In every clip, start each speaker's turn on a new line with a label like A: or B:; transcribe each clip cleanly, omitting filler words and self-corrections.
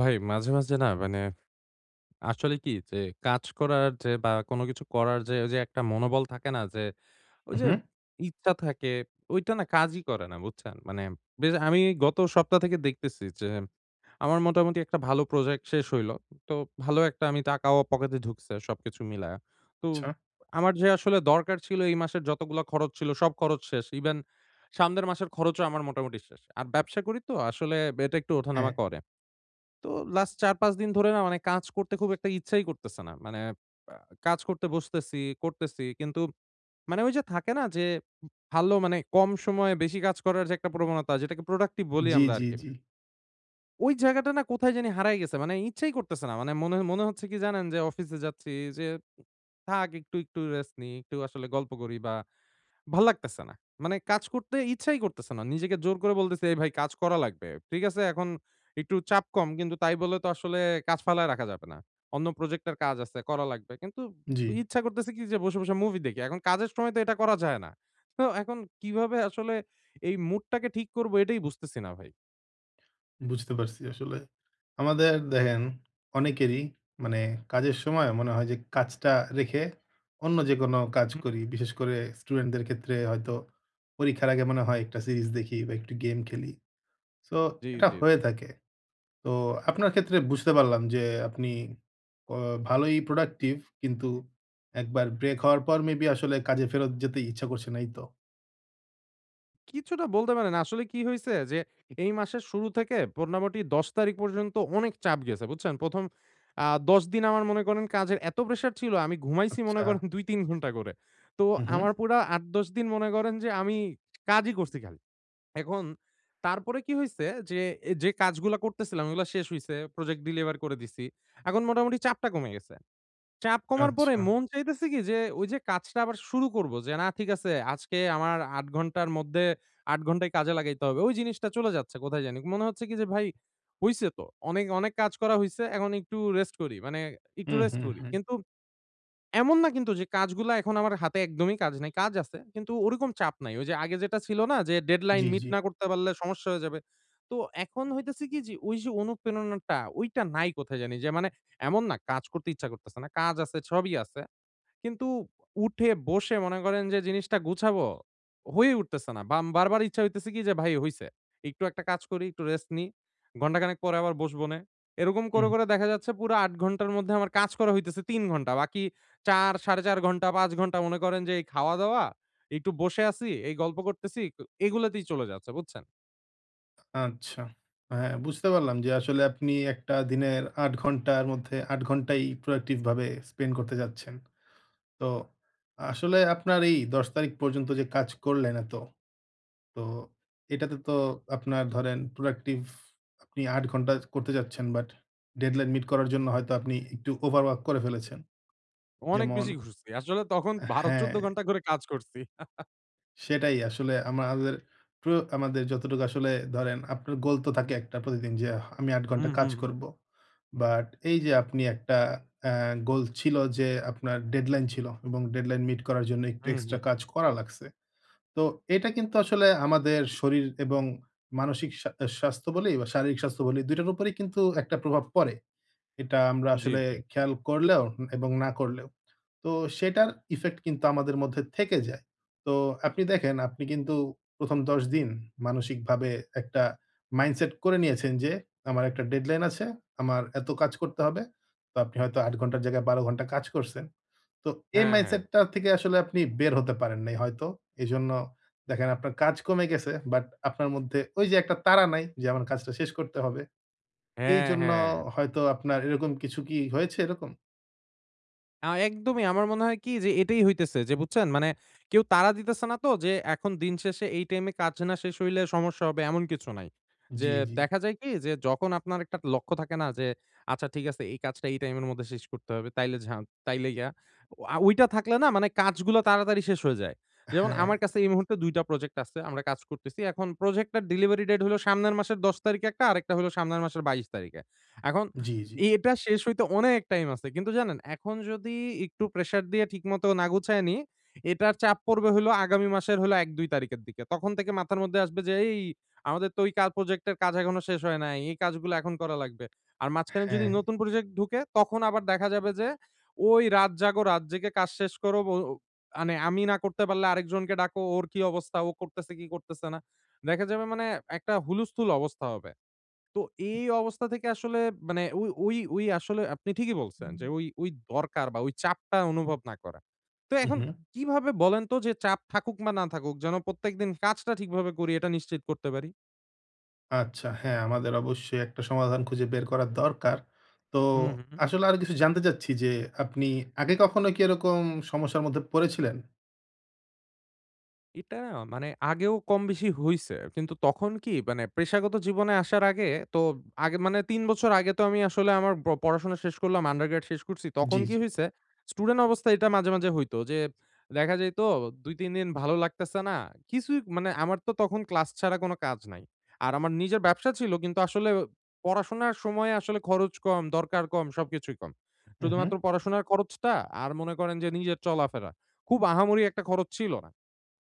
A: ভাই মাঝে, মাঝে না মানে আসলে কি যে কাজ করার যে বা কোনো কিছু করার যে ওই যে একটা মনোবল থাকে না যে ওই যে
B: উহু,
A: ইচ্ছা থাকে ওইটা না কাজই করে না বুঝছেন? মানে বেশ আমি গত সপ্তাহ থেকে দেখতেছি যে আমার মোটামুটি একটা ভালো প্রজেক্ট শেষ হইলো। তো ভালো একটা আমি টাকাও পকেটে ঢুকছে সবকিছু মিলায়া। তো
B: আচ্ছা।
A: আমার যে আসলে দরকার ছিল এই মাসের যতগুলা খরচ ছিল সব খরচ শেষ। ইভেন সামনের মাসের খরচও আমার মোটামুটি শেষ। আর ব্যবসা করি তো আসলে এটা একটু
B: হ্যাঁ,
A: ওঠানামা করে। তো লাস্ট ৪-৫ দিন ধরে না মানে কাজ করতে খুব একটা ইচ্ছাই করতেছে না। মানে আ কাজ করতে বসতেছি, করতেছি। কিন্তু মানে ওই যে থাকে না যে ভালো মানে কম সময়ে বেশি কাজ করার যে একটা প্রবণতা যেটাকে প্রোডাক্টিভ বলি
B: জি,
A: আমরা
B: জি,
A: আরকি।
B: জি,
A: ওই জায়গাটা না কোথায় জানি হারায় গেছে। মানে ইচ্ছাই করতেছে না। মানে মনে মনে হচ্ছে কি জানেন যে অফিসে যাচ্ছি যে থাক একটু, একটু রেস্ট নিই, একটু আসলে গল্প করি বা ভাল লাগতেছে না। মানে কাজ করতে ইচ্ছাই করতেছে না। নিজেকে জোর করে বলতেছি, "এই ভাই কাজ করা লাগবে।" ঠিক আছে? এখন একটু চাপ কম কিন্তু তাই বলে তো আসলে কাজ ফালায় রাখা যাবে না। অন্য প্রজেক্টের কাজ আছে, করা লাগবে। কিন্তু
B: জি।
A: ইচ্ছা করতেছে কি যে বসে, বসে মুভি দেখি। এখন কাজের সময় তো এটা করা যায় না। তো এখন কিভাবে আসলে এই মুডটাকে ঠিক করব এটাই বুঝতেছি না ভাই।
B: বুঝতে পারছি আসলে। আমাদের দেখেন অনেকেরই মানে কাজের সময় মনে হয় যে কাজটা রেখে অন্য যেকোনো কাজ
A: হুম,
B: করি। বিশেষ করে স্টুডেন্টদের ক্ষেত্রে হয়তো পরীক্ষার আগে মনে হয় একটা সিরিজ দেখি বা একটু গেম খেলি। সো
A: জি,
B: এটা
A: জি,
B: হয়ে
A: জি।
B: থাকে। তো আপনার ক্ষেত্রে বুঝতে পারলাম যে আপনি অ ভালোই প্রোডাক্টিভ, কিন্তু একবার ব্রেক হওয়ার পর মেবি আসলে কাজে ফেরত যেতে ইচ্ছা করছে না, এই তো?
A: কিছুটা বলতে পারেন। আসলে কি হইছে যে, এই মাসের শুরু থেকে মোটামুটি ১০ তারিখ পর্যন্ত অনেক চাপ গেছে, বুঝছেন? ১ম ১০ দিন আমার মনে করেন কাজের এত প্রেশার ছিল, আমি ঘুমাইছি মনে
B: আচ্ছা।
A: করেন ২-৩ ঘন্টা করে। তো
B: হু, হু।
A: আমার পুরা ৮-১০ দিন মনে করেন যে আমি কাজই করছি খালি। এখন তারপরে কি হইছে যে, এ যে কাজগুলা করতেছিলাম ওগুলা শেষ হইছে, প্রজেক্ট ডেলিভার করে দিছি। এখন মোটামুটি চাপটা কমে গেছে। চাপ কমার পরে
B: আচ্ছা।
A: মন চাইতেছে কি যে, ওই যে কাজটা আবার শুরু করব যে, না ঠিক আছে আজকে আমার ৮ ঘন্টার মধ্যে ৮ ঘন্টাই কাজে লাগাইতে হবে। ওই জিনিসটা চলে যাচ্ছে কোথায় জানি। মনে হচ্ছে কি যে, ভাই হইছে তো। অনেক, অনেক কাজ করা হইছে। এখন একটু রেস্ট করি। মানে একটু
B: হুম,
A: রেস্ট
B: হুম,
A: করি।
B: হুম।
A: কিন্তু এমন না কিন্তু যে কাজগুলা এখন আমার হাতে একদমই কাজ নাই। কাজ আছে। কিন্তু ওরকম চাপ নাই। ওই যে আগে যেটা ছিল না যে ডেডলাইন
B: জি,
A: মিট
B: জি।
A: না করতে পারলে সমস্যা হয়ে যাবে। তো এখন হইতেছে কি যে ওই যে অনুপ্রেরণাটা ওইটা নাই কোথায় জানি। যে মানে এমন না কাজ করতে ইচ্ছা করতেছে না। কাজ আছে, সবই আছে। কিন্তু উঠে বসে মনে করেন যে জিনিসটা গুছাবো, হয়ে উঠতেছে না। বাম বারবার ইচ্ছা হইতেছে কি যে ভাই হইছে। একটু একটা কাজ করি, একটু রেস্ট নিই। ঘন্টাখানেক পরে আবার বসবনে। এরকম করে,
B: হুম,
A: করে দেখা যাচ্ছে পুরো ৮ ঘন্টার মধ্যে আমার কাজ করা হইতেছে ৩ ঘন্টা। বাকি ৪, ৪.৫ ঘন্টা ৫ ঘন্টা মনে করেন যে এই খাওয়া-দাওয়া, একটু বসে আছি, এই গল্প করতেছি, এগুলাতেই চলে যাচ্ছে বুঝছেন?
B: আচ্ছা। হ্যাঁ, বুঝতে পারলাম যে আসলে আপনি একটা দিনের ৮ ঘন্টার মধ্যে ৮ ঘন্টাই প্রোডাক্টিভ ভাবে স্পেন্ড করতে যাচ্ছেন। তো আসলে আপনার এই ১০ তারিখ পর্যন্ত যে কাজ করলেন এত, তো এটাতে তো আপনার ধরেন প্রোডাক্টিভ, আপনি ৮ ঘন্টা করতে যাচ্ছেন, বাট ডেডলাইন মিট করার জন্য হয়তো আপনি একটু ওভারওয়ার্ক করে ফেলেছেন।
A: অনেক
B: যেমন,
A: বেশি ঘুরছি। আসলে তখন ১২-১৪
B: হ্যাঁ।
A: ঘন্টা করে কাজ করছি।
B: সেটাই আসলে আমাদের প্র আমাদের যতটুকু আসলে ধরেন আপনার গোল তো থাকে একটা প্রতিদিন যে আমি ৮ ঘন্টা
A: হুম,
B: কাজ
A: হুম, হুম,
B: করব। বাট এই যে আপনি একটা অ্যা গোল ছিল যে আপনার ডেডলাইন ছিল এবং ডেডলাইন মিট করার জন্য একটু
A: হুম, হুম।
B: এক্সট্রা কাজ করা লাগছে। তো এটা কিন্তু আসলে আমাদের শরীর এবং মানসিক স্বাস্থ্য বলি বা শারীরিক স্বাস্থ্য বলি, ২ টার উপরেই কিন্তু একটা প্রভাব পড়ে। এটা আমরা
A: জি,
B: আসলে
A: জি।
B: খেয়াল করলেও এবং না করলেও। তো সেটার ইফেক্ট কিন্তু আমাদের মধ্যে থেকে যায়। তো আপনি দেখেন আপনি কিন্তু ১ম ১০ দিন মানসিকভাবে একটা মাইন্ডসেট করে নিয়েছেন যে, আমার একটা ডেডলাইন আছে, আমার এত কাজ করতে হবে। তো আপনি হয়তো ৮ ঘন্টার জায়গায় ১২ ঘন্টা কাজ করছেন। তো এই
A: হ্যাঁ, হ্যাঁ।
B: মাইন্ডসেটটা থেকে আসলে আপনি বের হতে পারেন নাই হয়তো। এজন্য দেখেন আপনার কাজ কমে গেছে, বাট আপনার মধ্যে ওই যে একটা তাড়া নাই যে আমার কাজটা শেষ করতে হবে।
A: হ্যাঁ,
B: এইজন্য
A: হ্যাঁ।
B: হয়তো আপনার এরকম কিছু কি হয়েছে এরকম?
A: একদমই। আমার মনে হয় কি যে এটাই হইতেছে যে বুঝছেন? মানে কেউ তাড়া দিতেছে না তো যে এখন দিন শেষে এই টাইমে কাজ না শেষ হইলে সমস্যা হবে এমন কিছু নাই। যে
B: জি, জি।
A: দেখা যায় কি যে যখন আপনার একটা লক্ষ্য থাকে না যে আচ্ছা ঠিক আছে এই কাজটা এই টাইমের মধ্যে শেষ করতে হবে। তাইলে ইয়া। ওইটা থাকলে না মানে কাজগুলো তাড়াতাড়ি শেষ হয়ে যায়। যেমন
B: হ্যাঁ,
A: আমার কাছে এই মুহূর্তে ২ টা প্রজেক্ট আছে। আমরা কাজ করতেছি। এখন প্রজেক্টটার ডেলিভারি ডেট হলো সামনের মাসের ১০ তারিখে একটা আরেকটা হলো সামনের মাসের ২২ তারিখে। এখন
B: জি, জি।
A: এটা শেষ হইতে অনেক টাইম আছে। কিন্তু জানেন এখন যদি একটু প্রেশার দিয়ে ঠিকমতো না গুছায় নিই, এটার চাপ পড়বে হইলো আগামী মাসের হলো ১-২ তারিখের দিকে। তখন থেকে মাথার মধ্যে আসবে যে, "এই আমাদের তো ওই প্রজেক্টের কাজ এখনো শেষ হয় নাই। এই কাজগুলো এখন করা লাগবে।" আর মাঝখানে যদি
B: হ্যাঁ,
A: নতুন প্রজেক্ট ঢুকে তখন আবার দেখা যাবে যে, ওই রাত জাগো, রাত জেগে কাজ শেষ করো। মানে আমি না করতে পারলে আরেকজনকে ডাকো, ওর কি অবস্থা, ও করতেছে কি করতেছে না। দেখা যাবে মানে একটা হুলস্থুল অবস্থা হবে। তো এই অবস্থা থেকে আসলে মানে ওই ওই ওই আসলে আপনি ঠিকই বলছেন যে ওই ওই দরকার বা ওই চাপটা অনুভব না করা। তো
B: হু,
A: এখন
B: হু।
A: কিভাবে বলেন তো যে চাপ থাকুক বা না থাকুক যেন প্রত্যেকদিন কাজটা ঠিকভাবে করি এটা নিশ্চিত করতে পারি?
B: আচ্ছা, হ্যাঁ, আমাদের অবশ্যই একটা সমাধান খুঁজে বের করার দরকার। তো
A: হু, হু।
B: আসলে আরো কিছু জানতে চাচ্ছি যে, আপনি আগে কখনো কি এরকম সমস্যার মধ্যে পড়েছিলেন?
A: এটা না মানে আগেও কম বেশি হইছে। কিন্তু তখন কি মানে পেশাগত জীবনে আসার আগে তো আগে মানে ৩ বছর আগে তো আমি আসলে আমার পড়াশোনা শেষ করলাম, আন্ডারগ্রেড শেষ করছি। তখন
B: জি,
A: কি
B: জি।
A: হইছে? স্টুডেন্ট অবস্থায় এটা মাঝে, মাঝে হইতো যে দেখা যাইত ২-৩ দিন ভালো লাগতেছে না। কিছুই মানে আমার তো তখন ক্লাস ছাড়া কোনো কাজ নাই। আর আমার নিজের ব্যবসা ছিল কিন্তু আসলে পড়াশোনার সময়ে আসলে খরচ কম, দরকার কম, সবকিছুই কম।
B: হু, হু।
A: শুধুমাত্র পড়াশোনার খরচটা আর মনে করেন যে নিজের চলাফেরা। খুব আহামরি একটা খরচ ছিল না।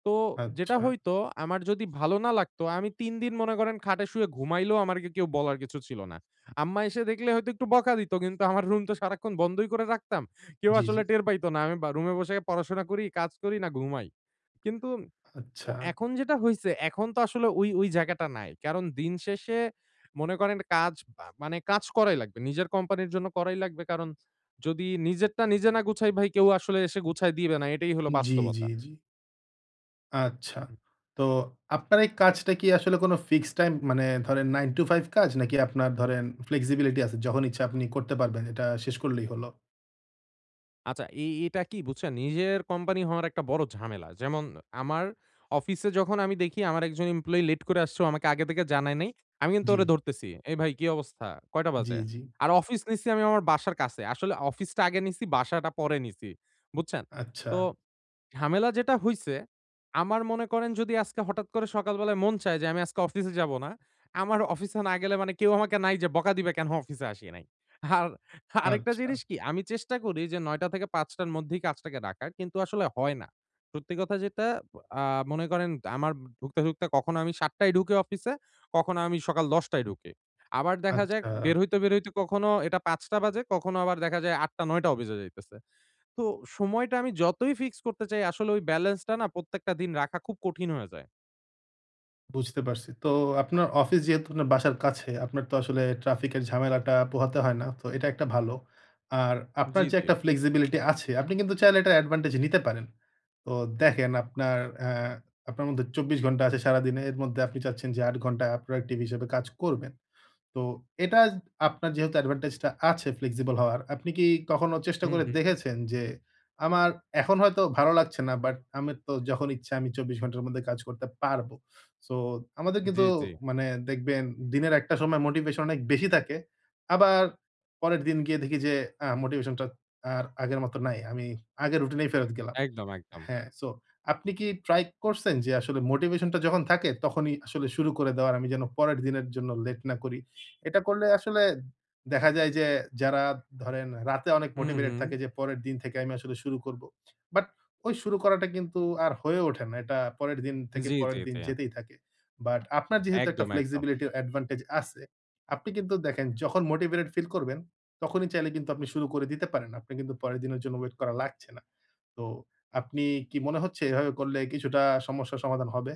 A: তো যেটা
B: আচ্ছা।
A: হইতো আমার যদি ভালো না লাগতো, আমি ৩ দিন মনে করেন খাটে শুয়ে ঘুমাইলেও আমাকে কেউ বলার কিছু ছিল না। আম্মা এসে দেখলে হয়তো একটু বকা দিত। কিন্তু আমার রুম তো সারাক্ষণ বন্ধই করে রাখতাম। কেউ
B: জি, জি।
A: আসলে টের পাইত না। আমি বা রুমে বসে পড়াশোনা করি, কাজ করি না ঘুমাই। কিন্তু
B: আচ্ছা।
A: এখন যেটা হইছে, এখন তো আসলে ওই, ওই জায়গাটা নাই। কারণ দিন শেষে মনে করেন কাজ বা মানে কাজ করাই লাগবে। নিজের কোম্পানির জন্য করাই লাগবে। কারণ যদি নিজেরটা নিজে না গুছাই ভাই কেউ আসলে এসে গুছায় দিবে না। এটাই হলো
B: জি,
A: বাস্তবতা।
B: জি, জি। আচ্ছা। তো আপনার এই কাজটা কি আসলে কোনো ফিক্সড টাইম মানে ধরেন 9 to 5 কাজ, নাকি আপনার ধরেন ফ্লেক্সিবিলিটি আছে, যখন ইচ্ছা আপনি করতে পারবেন, এটা শেষ করলেই হলো?
A: আচ্ছা, এটা কি বুঝছেন? নিজের কোম্পানি হওয়ার একটা বড় ঝামেলা। যেমন আমার অফিসে যখন আমি দেখি আমার একজন এমপ্লয়ি লেট করে আসছে, ও আমাকে আগে থেকে জানায় নাই। আমি কিন্তু
B: জি,
A: ওরে ধরতেছি। "এই ভাই কি অবস্থা? কয়টা
B: জি,
A: বাজে?"
B: জি।
A: আর অফিস নিছি আমি আমার বাসার কাছে। আসলে অফিসটা আগে নিছি, বাসাটা পরে নিছি। বুঝছেন?
B: আচ্ছা,
A: তো ঝামেলা যেটা হইছে, আমার মনে করেন যদি আজকে হঠাৎ করে সকালবেলায় মন চায় যে আমি আজকে অফিসে যাব না। আমার অফিসে না গেলে মানে কেউ আমাকে নাই যে বকা দিবে কেন অফিসে আসি নাই। আর আরেকটা
B: আচ্ছা,
A: জিনিস কি আমি চেষ্টা করি যে ৯টা থেকে ৫টার মধ্যেই কাজটাকে রাখার কিন্তু আসলে হয় না। সত্যি কথা যেটা আ মনে করেন আমার ঢুকতে, ঢুকতে কখনো আমি ৭:০০ টায় ঢুকি অফিসে, কখনো আমি সকাল ১০:০০ টায় ঢুকি। আবার দেখা যায়
B: আচ্ছা।
A: বের হইতে, বের হইতে কখনো এটা ৫টা বাজে, কখনো আবার দেখা যায় ৮:০০ ৯:০০ টা অফিসে যাইতেছে। তো সময়টা আমি যতই ফিক্স করতে চাই আসলে ওই ব্যালেন্সটা না প্রত্যেকটা দিন রাখা খুব কঠিন হয়ে যায়।
B: বুঝতে পারছি। তো আপনার অফিস যেহেতু আপনার বাসার কাছে, আপনার তো আসলে ট্রাফিকের ঝামেলাটা পোহাতে হয় না। তো এটা একটা ভালো। আর আপনার
A: জি,
B: যে
A: জি।
B: একটা flexibility আছে, আপনি কিন্তু চাইলে এটার advantage নিতে পারেন। তো দেখেন আপনার আপনার মধ্যে ২৪ ঘন্টা আছে সারাদিনে। এর মধ্যে আপনি চাচ্ছেন যে ৮ ঘন্টা productive হিসেবে কাজ করবেন। তো এটা, আপনার যেহেতু অ্যাডভান্টেজটা আছে ফ্লেক্সিবল হওয়ার, আপনি কি কখনো চেষ্টা
A: হুম,
B: করে
A: হুম।
B: দেখেছেন যে, আমার এখন হয়তো ভালো লাগছে না, বাট আমি তো যখন ইচ্ছা আমি ২৪ ঘন্টার মধ্যে কাজ করতে পারবো। সো আমাদের
A: জি,
B: কিন্তু
A: জি।
B: মানে দেখবেন দিনের একটা সময় মোটিভেশন অনেক বেশি থাকে। আবার পরের দিন গিয়ে দেখি যে মোটিভেশনটা আর আগের মতো নাই। আমি আগের রুটিনেই ফেরত গেলাম।
A: একদম, একদম।
B: হ্যাঁ, সো আপনি কি ট্রাই করছেন যে আসলে মোটিভেশনটা যখন থাকে তখনই আসলে শুরু করে দেওয়ার, আমি যেন পরের দিনের জন্য লেট না করি। এটা করলে আসলে দেখা যায় যে যারা ধরেন রাতে অনেক
A: হুম,
B: মোটিভেটেড
A: হুম।
B: থাকে যে পরের দিন থেকে আমি আসলে শুরু করব। বাট ওই শুরু করাটা কিন্তু আর হয়ে ওঠে না। এটা পরের দিন থেকে
A: জি, জি,
B: পরের দিন
A: জি।
B: যেতেই থাকে। বাট আপনার যেহেতু একটা
A: একদম, একদম।
B: ফ্লেক্সিবিলিটি অ্যাডভান্টেজ আছে, আপনি কিন্তু দেখেন যখন মোটিভেটেড ফিল করবেন তখনই চাইলে কিন্তু আপনি শুরু করে দিতে পারেন। আপনি কিন্তু পরের দিনের জন্য ওয়েট করা লাগছে না। তো আপনি কি মনে হচ্ছে এভাবে করলে কিছুটা সমস্যার সমাধান হবে?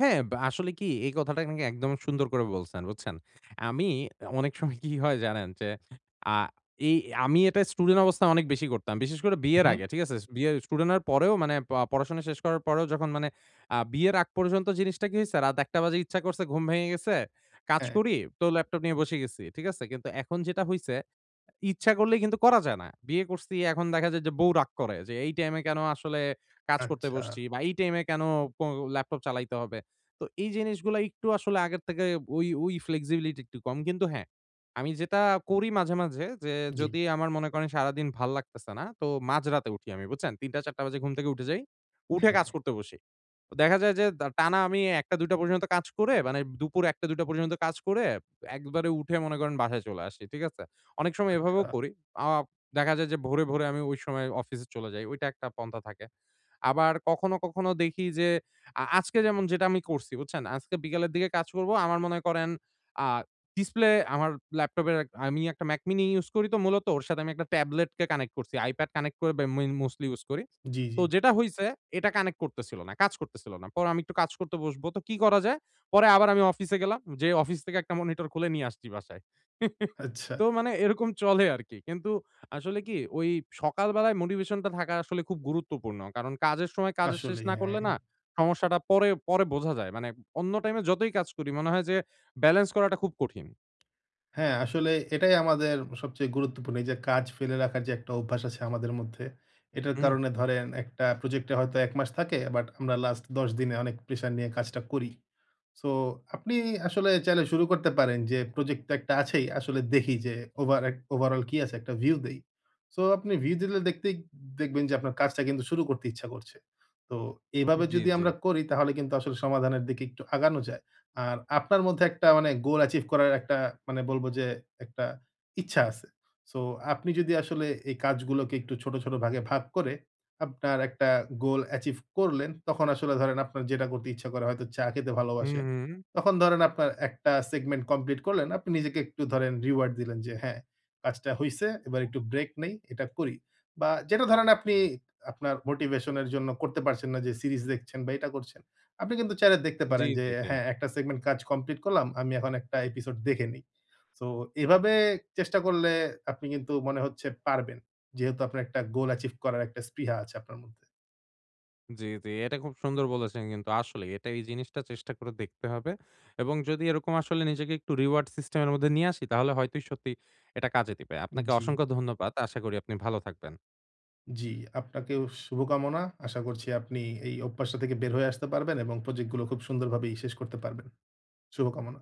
A: হ্যাঁ, বা আসলে কি এই কথাটা নাকি একদম সুন্দর করে বলছেন, বুঝছেন? আমি অনেক সময় কি হয় জানেন? যে আ এই আমি এটা স্টুডেন্ট অবস্থায় অনেক বেশি করতাম। বিশেষ করে
B: হু,
A: বিয়ের
B: হু।
A: আগে, ঠিক আছে? বিয়ে স্টুডেন্ট হওয়ার পরেও মানে পড়াশোনা শেষ করার পরেও যখন মানে বিয়ের আগ পর্যন্ত জিনিসটা কি হইছে? রাত ১:০০ বাজে ইচ্ছা করছে, ঘুম ভেঙে গেছে, কাজ
B: হ্যাঁ,
A: করি তো ল্যাপটপ নিয়ে বসে গেছি, ঠিক আছে? কিন্তু এখন যেটা হইছে ইচ্ছা করলেই কিন্তু করা যায় না। বিয়ে করছি এখন দেখা যায় যে বউ রাগ করে যে, "এই টাইমে কেন আসলে কাজ করতে
B: আচ্ছা।
A: বসছি?" বা "এই টাইমে কেন কো ল্যাপটপ চালাইতে হবে?" তো এই জিনিসগুলা একটু আসলে আগের থেকে ওই, ওই ফ্লেক্সিবিলিটি একটু কম। কিন্তু হ্যাঁ, আমি যেটা করি মাঝে, মাঝে যে
B: জি,
A: যদি আমার মনে করেন সারাদিন ভাল লাগতেছে না, তো মাঝরাতে উঠি আমি বুঝছেন? ৩:০০-৪:০০ বাজে ঘুম থেকে উঠে যাই। উঠে কাজ
B: হ্যাঁ।
A: করতে বসি। দেখা যায় যে টানা আমি ১টা-২টা পর্যন্ত কাজ করে মানে দুপুর ১টা-২টা পর্যন্ত কাজ করে একবারে উঠে মনে করেন বাসায় চলে আসি। ঠিক আছে? অনেক সময় এভাবেও
B: আচ্ছা।
A: করি। আ দেখা যায় যে ভোরে, ভোরে আমি ওই সময় অফিসে চলে যাই। ওইটা একটা পন্থা থাকে। আবার কখনো, কখনো দেখি যে আজকে যেমন যেটা আমি করছি বুঝছেন? আজকে বিকালের দিকে কাজ করব। আমার মনে করেন আ ডিসপ্লে আমার ল্যাপটপের আমি একটা Mac mini ইউজ করি তো মূলত ওর সাথে আমি একটা ট্যাবলেটকে কানেক্ট করছি। iPad কানেক্ট করে বে মি মোস্টলি ইউজ করি।
B: জি, জি।
A: তো যেটা হইছে এটা কানেক্ট করতেছিল না, কাজ করতেছিল না। পরে আমি একটু কাজ করতে বসবো। তো কি করা যায়? পরে আবার আমি অফিসে গেলাম। যেয়ে অফিস থেকে একটা মনিটর খুলে নিয়ে আসছি বাসায়।
B: আচ্ছা।
A: তো মানে এরকম চলে আরকি। কিন্তু আসলে কি ওই সকালবেলায় মোটিভেশনটা থাকা আসলে খুব গুরুত্বপূর্ণ। কারণ কাজের সময় কাজ শেষ
B: আসলেই,
A: না
B: হ্যাঁ।
A: করলে না সমস্যাটা পরে, পরে বোঝা যায়। মানে অন্য টাইমে যতই কাজ করি মনে হয় যে ব্যালেন্স করাটা খুব কঠিন।
B: হ্যাঁ, আসলে এটাই আমাদের সবচেয়ে গুরুত্বপূর্ণ। এই যে কাজ ফেলে রাখার যে একটা অভ্যাস আছে আমাদের মধ্যে, এটার
A: হুম,
B: কারণে ধরেন একটা প্রজেক্টে হয়তো ১ মাস থাকে, বাট আমরা লাস্ট ১০ দিনে অনেক প্রেশার নিয়ে কাজটা করি। সো আপনি আসলে চাইলে শুরু করতে পারেন যে প্রজেক্ট তো একটা আছেই। আসলে দেখি যে ওভারঅল কি আছে, একটা ভিউ দেই। সো আপনি ভিউ দিলে দেখতেই দেখবেন যে আপনার কাজটা কিন্তু শুরু করতে ইচ্ছা করছে। তো এভাবে
A: জি,
B: যদি
A: জি।
B: আমরা করি তাহলে কিন্তু আসলে সমাধানের দিকে একটু আগানো যায়। আর আপনার মধ্যে একটা মানে গোল অ্যাচিভ করার একটা, মানে বলব যে একটা ইচ্ছা আছে। সো আপনি যদি আসলে এই কাজগুলোকে একটু ছোট, ছোট ভাগে ভাগ করে আপনার একটা গোল অ্যাচিভ করলেন, তখন আসলে ধরেন আপনার যেটা করতে ইচ্ছা করে, হয়তো চা খেতে
A: হুম,
B: ভালোবাসেন।
A: হুম।
B: তখন ধরেন আপনার একটা সেগমেন্ট কমপ্লিট করলেন, আপনি নিজেকে একটু ধরেন রিওয়ার্ড দিলেন যে হ্যাঁ, কাজটা হইছে, এবার একটু ব্রেক নেই, এটা করি। বা যেটা ধরেন আপনি আপনার মোটিভেশন এর জন্য করতে পারছেন না, যে সিরিজ দেখছেন বা এটা করছেন। আপনি কিন্তু চাইলে দেখতে
A: জি,
B: পারেন যে
A: জি, জি।
B: হ্যাঁ, একটা সেগমেন্ট কাজ কমপ্লিট করলাম। আমি এখন একটা এপিসোড দেখে নেই। সো এভাবে চেষ্টা করলে আপনি কিন্তু মনে হচ্ছে পারবেন। যেহেতু আপনার একটা গোল অ্যাচিভ করার একটা স্পৃহা আছে আপনার মধ্যে।
A: জি, জি। এটা খুব সুন্দর বলেছেন কিন্তু আসলে এটা এই জিনিসটা চেষ্টা করে দেখতে হবে। এবং যদি এরকম আসলে নিজেকে একটু রিওয়ার্ড সিস্টেম এর মধ্যে নিয়ে আসি তাহলে হয়তোই সত্যি এটা কাজে দিবে। আপনাকে
B: জি,
A: অসংখ্য ধন্যবাদ। আশা করি আপনি ভালো থাকবেন।
B: জি। আপনাকেও শুভকামনা। আশা করছি আপনি এই অভ্যাসটা থেকে বের হয়ে আসতে পারবেন এবং প্রজেক্ট গুলো খুব সুন্দরভাবেই শেষ করতে পারবেন। শুভকামনা।